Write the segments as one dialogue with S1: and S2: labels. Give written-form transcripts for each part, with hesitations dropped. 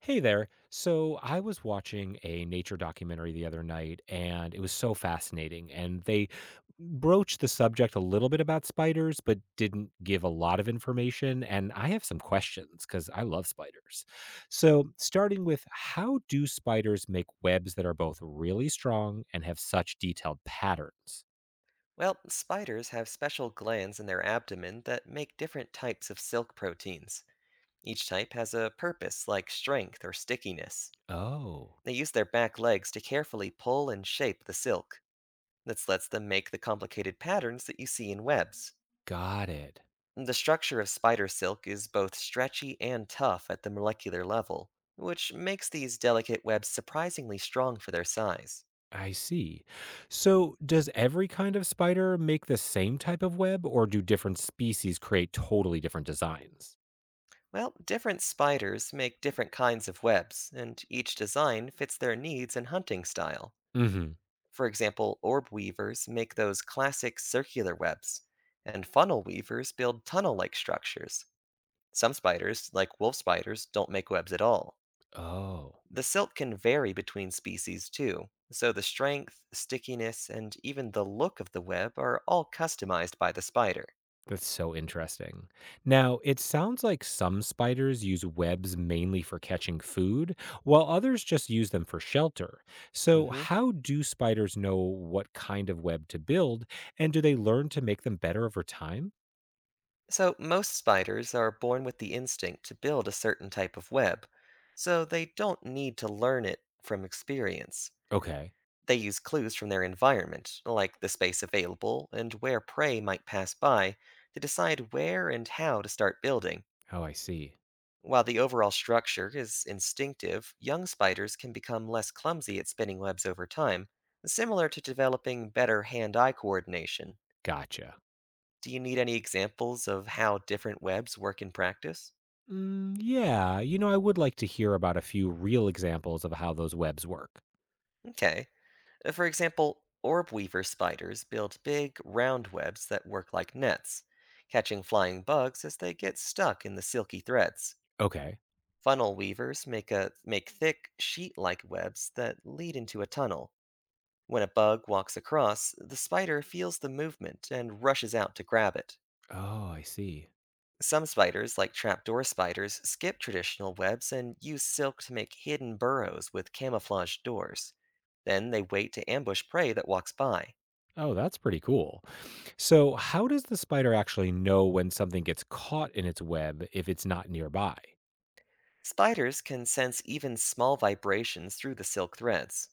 S1: Hey there. So I was watching a nature documentary the other night and it was so fascinating. And they broached the subject a little bit about spiders, but didn't give a lot of information. And I have some questions because I love spiders. So, starting with, how do spiders make webs that are both really strong and have such detailed patterns?
S2: Well, spiders have special glands in their abdomen that make different types of silk proteins. Each type has a purpose, like strength or stickiness.
S1: Oh,
S2: They use their back legs to carefully pull and shape the silk. This lets them make the complicated patterns that you see in webs.
S1: got it.
S2: The structure of spider silk is both stretchy and tough at the molecular level, which makes these delicate webs surprisingly strong for their size.
S1: I see. So, does every kind of spider make the same type of web, or do different species create totally different designs?
S2: Well, different spiders make different kinds of webs, and each design fits their needs and hunting style.
S1: Hmm.
S2: For example, orb weavers make those classic circular webs, and funnel weavers build tunnel like structures. Some spiders, like wolf spiders, don't make webs at all.
S1: Oh,
S2: The silk can vary between species, too, so the strength, stickiness, and even the look of the web are all customized by the spider.
S1: that's so interesting. Now, it sounds like some spiders use webs mainly for catching food, while others just use them for shelter. So,
S2: Hmm.
S1: how do spiders know what kind of web to build, and do they learn to make them better over time?
S2: So, most spiders are born with the instinct to build a certain type of web, so they don't need to learn it from experience.
S1: Okay.
S2: They use clues from their environment, like the space available and where prey might pass by, to decide where and how to start building.
S1: Oh, I see.
S2: While the overall structure is instinctive, young spiders can become less clumsy at spinning webs over time, similar to developing better hand eye coordination.
S1: Gotcha.
S2: Do you need any examples of how different webs work in practice?
S1: Mm, yeah, I would like to hear about a few real examples of how those webs work.
S2: Okay. For example, orb weaver spiders build big, round webs that work like nets, catching flying bugs as they get stuck in the silky threads.
S1: Okay.
S2: Funnel weavers make thick, sheet like webs that lead into a tunnel. When a bug walks across, the spider feels the movement and rushes out to grab it.
S1: Oh, I see.
S2: Some spiders, like trapdoor spiders, skip traditional webs and use silk to make hidden burrows with camouflaged doors. Then they wait to ambush prey that walks by.
S1: Oh, that's pretty cool. So, how does the spider actually know when something gets caught in its web if it's not nearby?
S2: Spiders can sense even small vibrations through the silk threads.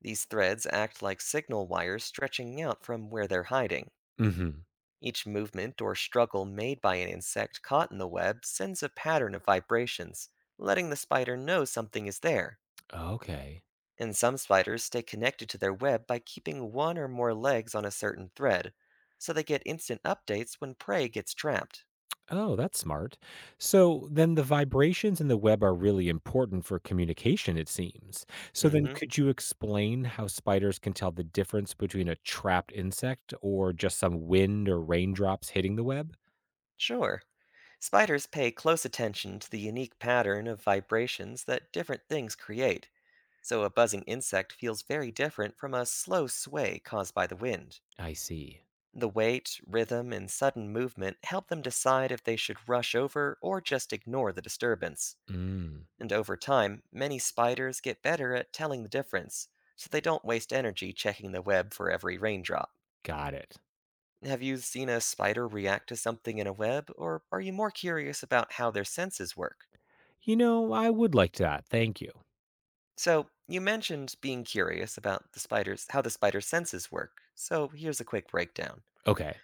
S2: These threads act like signal wires stretching out from where they're hiding.
S1: Hmm.
S2: Each movement or struggle made by an insect caught in the web sends a pattern of vibrations, letting the spider know something is there.
S1: Okay.
S2: And some spiders stay connected to their web by keeping one or more legs on a certain thread, so they get instant updates when prey gets trapped.
S1: Oh, that's smart. So, then the vibrations in the web are really important for communication, it seems. So,
S2: Mm
S1: then
S2: hmm,
S1: could you explain how spiders can tell the difference between a trapped insect or just some wind or raindrops hitting the web?
S2: sure. Spiders pay close attention to the unique pattern of vibrations that different things create, so a buzzing insect feels very different from a slow sway caused by the wind.
S1: I see.
S2: The weight, rhythm, and sudden movement help them decide if they should rush over or just ignore the disturbance.
S1: Mm,
S2: And over time, many spiders get better at telling the difference, so they don't waste energy checking the web for every raindrop.
S1: got it.
S2: Have you seen a spider react to something in a web, or are you more curious about how their senses work?
S1: I would like that. Thank you.
S2: So, you mentioned being curious about the spider's how the spider's senses work. So, here's a quick breakdown.
S1: Okay.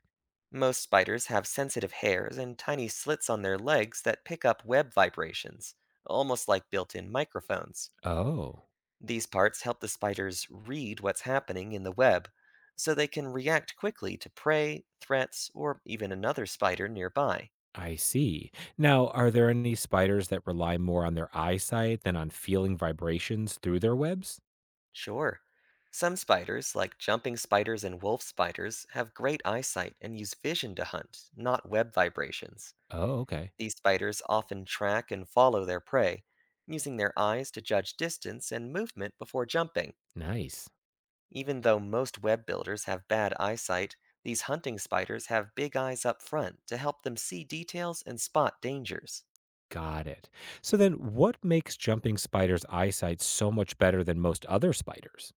S2: Most spiders have sensitive hairs and tiny slits on their legs that pick up web vibrations, almost like built-in microphones.
S1: Oh,
S2: These parts help the spiders read what's happening in the web, so they can react quickly to prey, threats, or even another spider nearby.
S1: I see. Now, are there any spiders that rely more on their eyesight than on feeling vibrations through their webs?
S2: Sure. Some spiders, like jumping spiders and wolf spiders, have great eyesight and use vision to hunt, not web vibrations.
S1: Oh, okay.
S2: These spiders often track and follow their prey, using their eyes to judge distance and movement before jumping.
S1: Nice.
S2: Even though most web builders have bad eyesight, these hunting spiders have big eyes up front to help them see details and spot dangers.
S1: Got it. So then, what makes jumping spiders' eyesight so much better than most other spiders?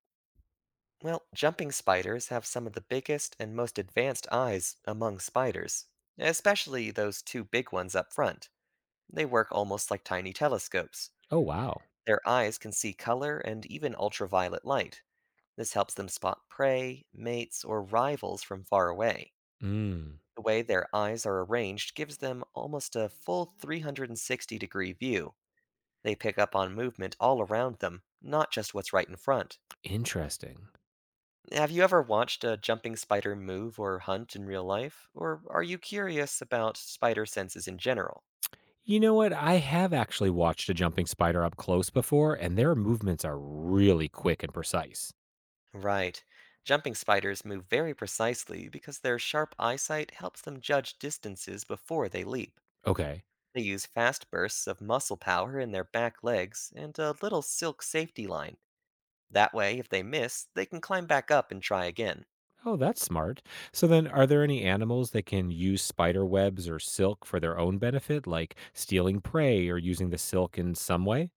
S2: Well, jumping spiders have some of the biggest and most advanced eyes among spiders, especially those two big ones up front. They work almost like tiny telescopes.
S1: Oh, wow.
S2: Their eyes can see color and even ultraviolet light. This helps them spot prey, mates, or rivals from far away.
S1: Mm,
S2: The way their eyes are arranged gives them almost a full 360-degree view. They pick up on movement all around them, not just what's right in front.
S1: interesting.
S2: Have you ever watched a jumping spider move or hunt in real life? Or are you curious about spider senses in general?
S1: You know what? I have actually watched a jumping spider up close before, and their movements are really quick and precise.
S2: Right. Jumping spiders move very precisely because their sharp eyesight helps them judge distances before they leap.
S1: Okay.
S2: They use fast bursts of muscle power in their back legs and a little silk safety line. That way, if they miss, they can climb back up and try again.
S1: Oh, that's smart. So then, are there any animals that can use spider webs or silk for their own benefit, like stealing prey or using the silk in some way?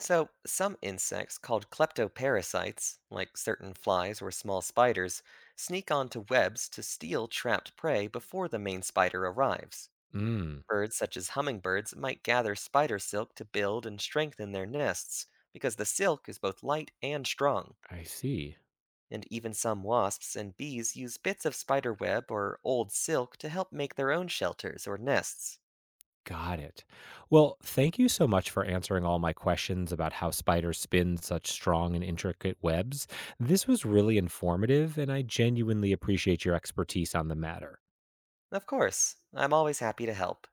S2: So, some insects called kleptoparasites, like certain flies or small spiders, sneak onto webs to steal trapped prey before the main spider arrives.
S1: Mm,
S2: Birds such as hummingbirds might gather spider silk to build and strengthen their nests because the silk is both light and strong.
S1: I see.
S2: And even some wasps and bees use bits of spider web or old silk to help make their own shelters or nests.
S1: Got it. Well, thank you so much for answering all my questions about how spiders spin such strong and intricate webs. This was really informative, and I genuinely appreciate your expertise on the matter.
S2: Of course, I'm always happy to help.